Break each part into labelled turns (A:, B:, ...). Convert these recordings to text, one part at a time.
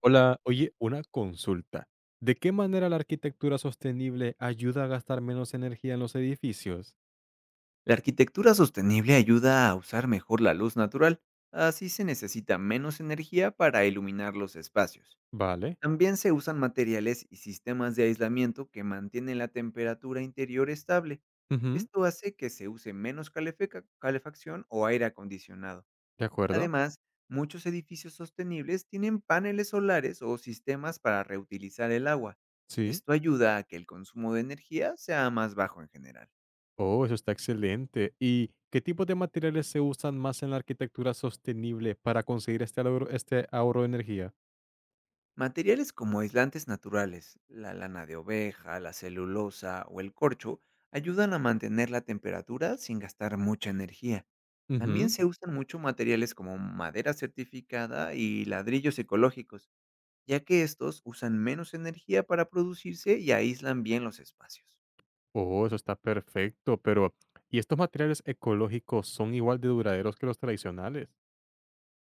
A: Hola, oye, una consulta. ¿De qué manera la arquitectura sostenible ayuda a gastar menos energía en los edificios?
B: La arquitectura sostenible ayuda a usar mejor la luz natural, así se necesita menos energía para iluminar los espacios.
A: Vale.
B: También se usan materiales y sistemas de aislamiento que mantienen la temperatura interior estable.
A: Ujú.
B: Esto hace que se use menos calefacción o aire acondicionado.
A: De acuerdo.
B: Además, muchos edificios sostenibles tienen paneles solares o sistemas para reutilizar el agua.
A: Sí.
B: Esto ayuda a que el consumo de energía sea más bajo en general.
A: Oh, eso está excelente. ¿Y qué tipo de materiales se usan más en la arquitectura sostenible para conseguir este ahorro de energía?
B: Materiales como aislantes naturales, la lana de oveja, la celulosa o el corcho ayudan a mantener la temperatura sin gastar mucha energía. También
A: Ujú.
B: se usan mucho materiales como madera certificada y ladrillos ecológicos, ya que estos usan menos energía para producirse y aíslan bien los espacios.
A: Oh, eso está perfecto, pero ¿y estos materiales ecológicos son igual de duraderos que los tradicionales?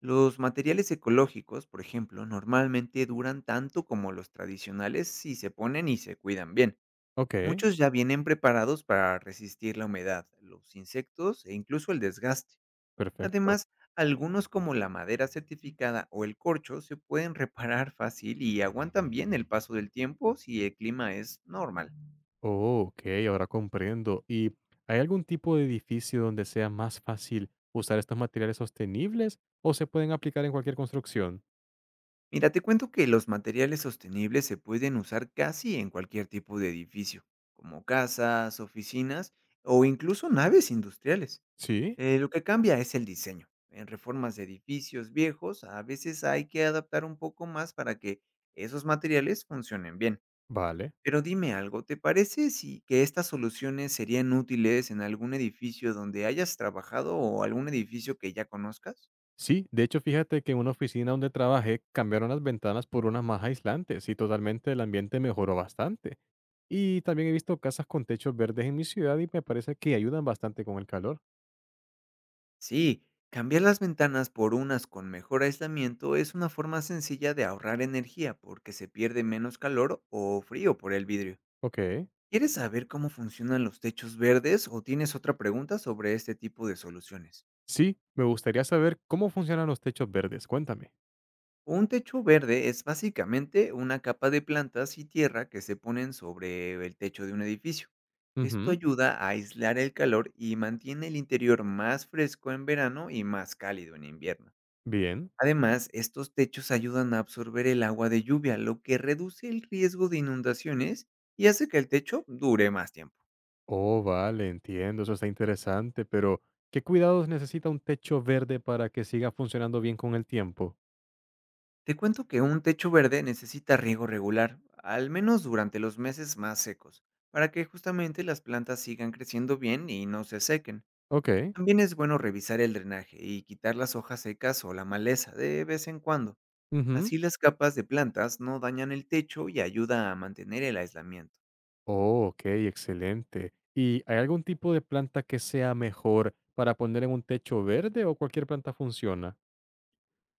B: Los materiales ecológicos, por ejemplo, normalmente duran tanto como los tradicionales si se ponen y se cuidan bien.
A: Ok,
B: Muchos ya vienen preparados para resistir la humedad, los insectos e incluso el desgaste.
A: perfecto.
B: Además, algunos como la madera certificada o el corcho se pueden reparar fácil y aguantan bien el paso del tiempo si el clima es normal.
A: Oh, ok, ahora comprendo. ¿Y hay algún tipo de edificio donde sea más fácil usar estos materiales sostenibles o se pueden aplicar en cualquier construcción?
B: Mira, te cuento que los materiales sostenibles se pueden usar casi en cualquier tipo de edificio, como casas, oficinas o incluso naves industriales.
A: Sí,
B: Lo que cambia es el diseño. En reformas de edificios viejos, a veces hay que adaptar un poco más para que esos materiales funcionen bien.
A: vale.
B: Pero dime algo, ¿te parece si que estas soluciones serían útiles en algún edificio donde hayas trabajado o algún edificio que ya conozcas?
A: Sí, de hecho, fíjate que en una oficina donde trabajé cambiaron las ventanas por unas más aislantes y totalmente el ambiente mejoró bastante. Y también he visto casas con techos verdes en mi ciudad y me parece que ayudan bastante con el calor.
B: Sí, cambiar las ventanas por unas con mejor aislamiento es una forma sencilla de ahorrar energía porque se pierde menos calor o frío por el vidrio.
A: Ok.
B: ¿Quieres saber cómo funcionan los techos verdes o tienes otra pregunta sobre este tipo de soluciones?
A: Sí, me gustaría saber cómo funcionan los techos verdes. Cuéntame.
B: Un techo verde es básicamente una capa de plantas y tierra que se ponen sobre el techo de un edificio. Esto
A: Ujú.
B: ayuda a aislar el calor y mantiene el interior más fresco en verano y más cálido en invierno.
A: Bien.
B: Además, estos techos ayudan a absorber el agua de lluvia, lo que reduce el riesgo de inundaciones y hace que el techo dure más tiempo.
A: Oh, vale, entiendo, eso está interesante, pero ¿qué cuidados necesita un techo verde para que siga funcionando bien con el tiempo?
B: Te cuento que un techo verde necesita riego regular, al menos durante los meses más secos, para que justamente las plantas sigan creciendo bien y no se sequen.
A: Ok.
B: También es bueno revisar el drenaje y quitar las hojas secas o la maleza de vez en cuando.
A: Ujú.
B: Así las capas de plantas no dañan el techo y ayuda a mantener el aislamiento.
A: Oh, ok, excelente. ¿Y hay algún tipo de planta que sea mejor para poner en un techo verde o cualquier planta funciona?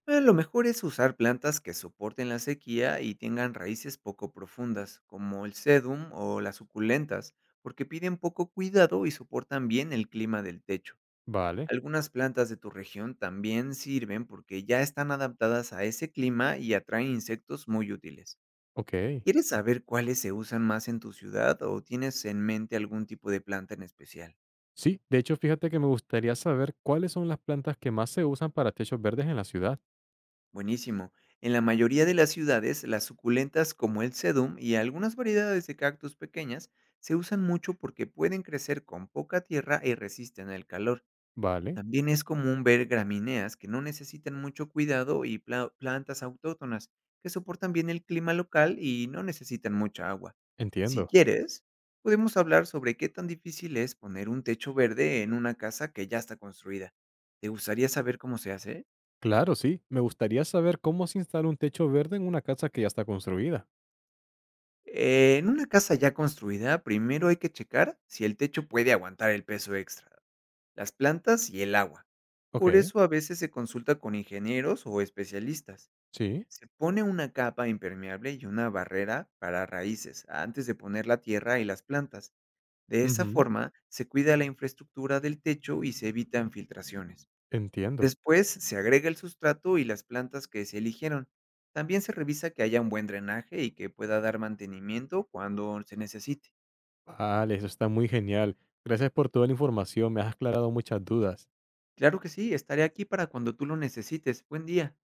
B: Lo mejor es usar plantas que soporten la sequía y tengan raíces poco profundas, como el sedum o las suculentas, porque piden poco cuidado y soportan bien el clima del techo.
A: Vale,
B: Algunas plantas de tu región también sirven porque ya están adaptadas a ese clima y atraen insectos muy útiles.
A: ok.
B: ¿Quieres saber cuáles se usan más en tu ciudad o tienes en mente algún tipo de planta en especial?
A: Sí, de hecho, fíjate que me gustaría saber cuáles son las plantas que más se usan para techos verdes en la ciudad.
B: Buenísimo. En la mayoría de las ciudades, las suculentas como el sedum y algunas variedades de cactus pequeñas se usan mucho porque pueden crecer con poca tierra y resisten el calor.
A: Vale,
B: También es común ver gramíneas que no necesitan mucho cuidado y plantas autóctonas que soportan bien el clima local y no necesitan mucha agua. Si
A: entiendo.
B: quieres, podemos hablar sobre qué tan difícil es poner un techo verde en una casa que ya está construida. ¿Te gustaría saber cómo se hace?
A: Claro, sí, me gustaría saber cómo se instala un techo verde en una casa que ya está construida.
B: En una casa ya construida, primero hay que checar si el techo puede aguantar el peso extra, las plantas y el agua. Por
A: Ok.
B: eso a veces se consulta con ingenieros o especialistas.
A: Sí,
B: Se pone una capa impermeable y una barrera para raíces antes de poner la tierra y las plantas. De esa
A: ujú,
B: forma se cuida la infraestructura del techo y se evitan filtraciones.
A: entiendo.
B: Después se agrega el sustrato y las plantas que se eligieron. También se revisa que haya un buen drenaje y que pueda dar mantenimiento cuando se necesite.
A: Vale, eso está muy genial. Gracias por toda la información, me has aclarado muchas dudas.
B: Claro que sí, estaré aquí para cuando tú lo necesites. Buen día.